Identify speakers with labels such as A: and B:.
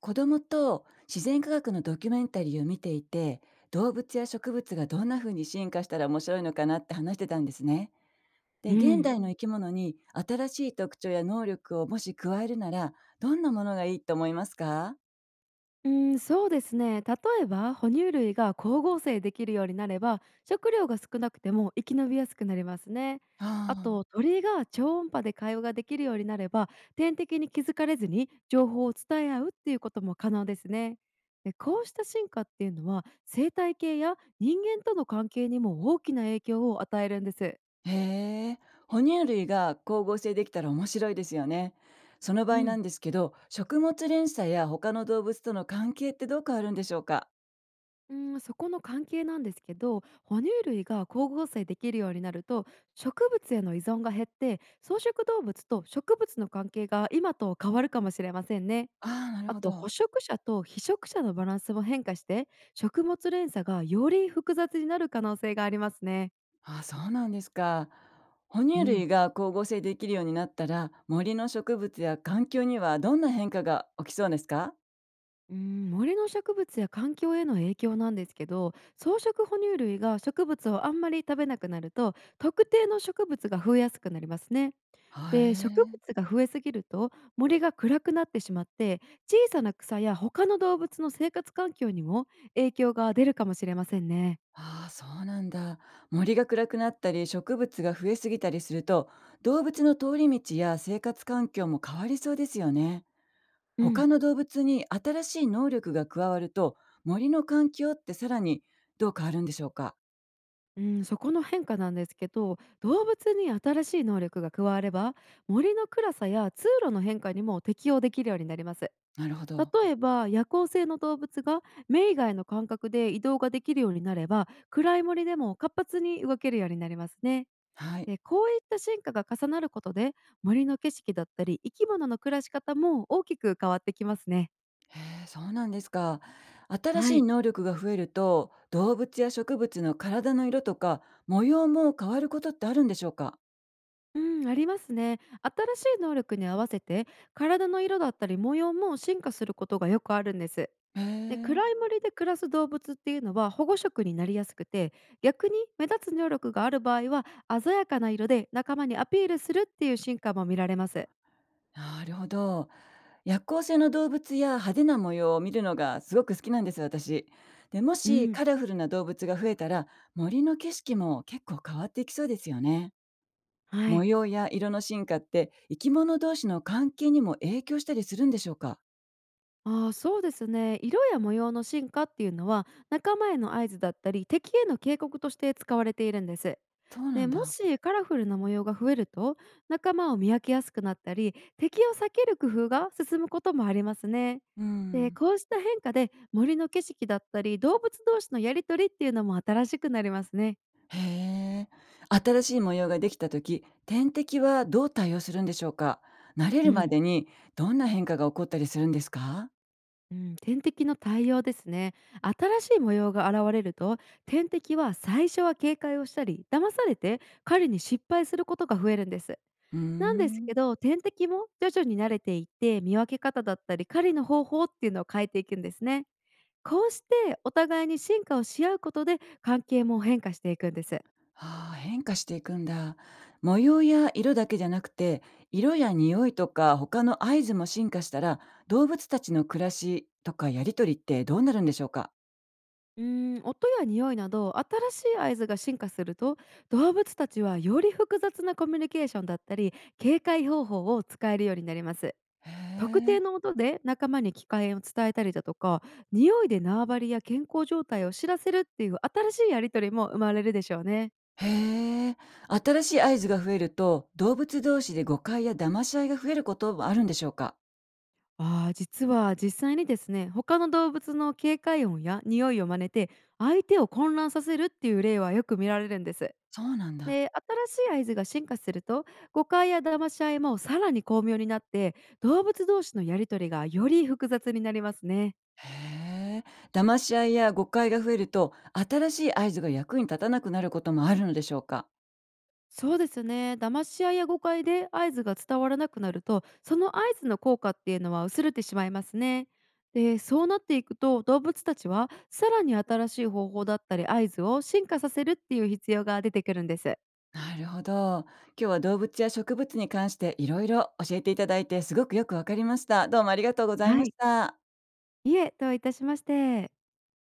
A: 子供と自然科学のドキュメンタリーを見ていて動物や植物がどんな風に進化したら面白いのかなって話してたんですね。
B: う
A: で現
B: ん。
A: 代の生き物に新しい特徴や能力をもし加えるならどんなものがいいと思いますか？
B: うん、そうですね。例えば哺乳類が光合成できるようになれば、食料が少なくても生き延びやすくなりますね。あと
A: あ
B: 鳥が超音波で会話ができるようになれば、天敵に気づかれずに情報を伝え合うっていうことも可能ですね。で、こうした進化っていうのは生態系や人間との関係にも大きな影響を与えるんです。
A: あ、へえ、哺乳類が光合成できたら面白いですよね。その場
B: う
A: 合な
B: ん
A: んですけど食物連鎖や他の動物との関係ってどう変わるんでしょうか？
B: うん、そこの関係なんですけど、哺乳類が光合成できるようになると、植物への依存が減って、草食動物と植物の関係が今と変わるかもしれませんね。
A: ああ、なる
B: あ
A: ほ
B: と、捕
A: ど。
B: 食者と被食者のバランスも変化して、食物連鎖がより複雑になる可能性がありますね。
A: あ、そうなんですか。哺
B: う
A: 乳
B: ん。
A: 類が光合成できるようになったら、森の植物や環境にはどんな変化が起きそうですか？
B: うん、森の植物や環境への影響なんですけど、草食哺乳類が植物をあんまり食べなくなると、特定の植物が増えやすくなりますね。
A: は
B: で、植
A: え。
B: 物が増えすぎると、森が暗くなってしまって、小さな草や他の動物の生活環境にも影響が出るかもしれませんね。
A: ああ、そうなんだ。森が暗くなったり、植物が増えすぎたりすると、動物の通り道や生活環境も変わりそうですよね。
B: うん。
A: 他の動物に新しい能力が加わると、森の環境ってさらにどう変わるんでしょうか？
B: うん、そこの変化なんですけど、動物に新しい能力が加われば、森の暗さや通路の変化にも適応できるようになります。
A: なるほど。
B: 例えば夜行性の動物が目以外の感覚で移動ができるようになれば、暗い森でも活発に動けるようになりますね。
A: はい。
B: で、こういった進化が重なることで、森の景色だったり生き物の暮らし方も大きく変わってきますね。
A: へえ、そうなんですか。新し
B: は
A: い
B: い。
A: 能力が増えると、動物や植物の体の色とか模様も変わることってあるんでしょうか？
B: うん、ありますね。新しい能力に合わせて体の色だったり模様も進化することがよくあるんです。
A: へ
B: で、
A: え、
B: 暗い森で暮らす動物っていうのは保護色になりやすくて、逆に目立つ能力がある場合は、鮮やかな色で仲間にアピールするっていう進化も見られます。
A: なるほど。夜行性の動物や派手な模様を見るのがすごく好きなんです、私。で、も
B: う
A: し
B: ん。
A: カラフルな動物が増えたら、森の景色も結構変わっていきそうですよね。
B: は
A: 模
B: い。
A: 様や色の進化って生き物同士の関係にも影響したりするんでしょうか？
B: ああ、そうですね。色や模様の進化っていうのは仲間への合図だったり敵への警告として使われているんです。
A: そうな
B: で
A: ん
B: も
A: だ。
B: しカラフルな模様が増えると、仲間を見分けやすくなったり敵を避ける工夫が進むこともありますね。
A: う
B: で、
A: ん。
B: こうした変化で森の景色だったり動物同士のやりとりっていうのも新しくなりますね。
A: へえ。新しい模様ができた時、天敵はどう対応するんでしょうか？慣れ
B: う
A: るま
B: ん
A: でにどんな変化が起こったりするんですか？
B: うん、天敵の対応ですね。新しい模様が現れると、天敵は最初は警戒をしたり騙されて狩りに失敗することが増えるんです。
A: うー
B: なんです
A: ん。
B: けど、天敵も徐々に慣れていって、見分け方だったり狩りの方法っていうのを変えていくんですね。こうしてお互いに進化をし合うことで、関係も変化していくんです。
A: ああ、変化していくんだ。模様や色だけじゃなくて、色や匂いとか他の合図も進化したら、動物たちの暮らしとかやりとりってどうなるんでしょうか？
B: うーん、音や匂いなど新しい合図が進化すると、動物たちはより複雑なコミュニケーションだったり警戒方法を使えるようになります。
A: へ
B: 特定
A: え。
B: の音で仲間に機会を伝えたりだとか、匂いで縄張りや健康状態を知らせるっていう新しいやり取りも生まれるでしょうね。
A: へえ。新しい合図が増えると、動物同士で誤解や騙し合いが増えることもあるんでしょうか？
B: 実は実際にですね、他の動物の警戒音や匂いを真似て相手を混乱させるっていう例はよく見られるんです。
A: そうなんだ。
B: で、新しい合図が進化すると、誤解や騙し合いもさらに巧妙になって、動物同士のやりとりがより複雑になりますね。
A: へえ。騙し合いや誤解が増えると、新しい合図が役に立たなくなることもあるのでしょうか？
B: そうですね。騙し合いや誤解で合図が伝わらなくなると、その合図の効果っていうのは薄れてしまいますね。で、そうなっていくと、動物たちはさらに新しい方法だったり合図を進化させるっていう必要が出てくるんです。
A: なるほど。今日は動物や植物に関していろいろ教えていただいて、すごくよくわかりました。どうもありがとうございま
B: は
A: し
B: い。
A: た。
B: いえ、どういたしまして。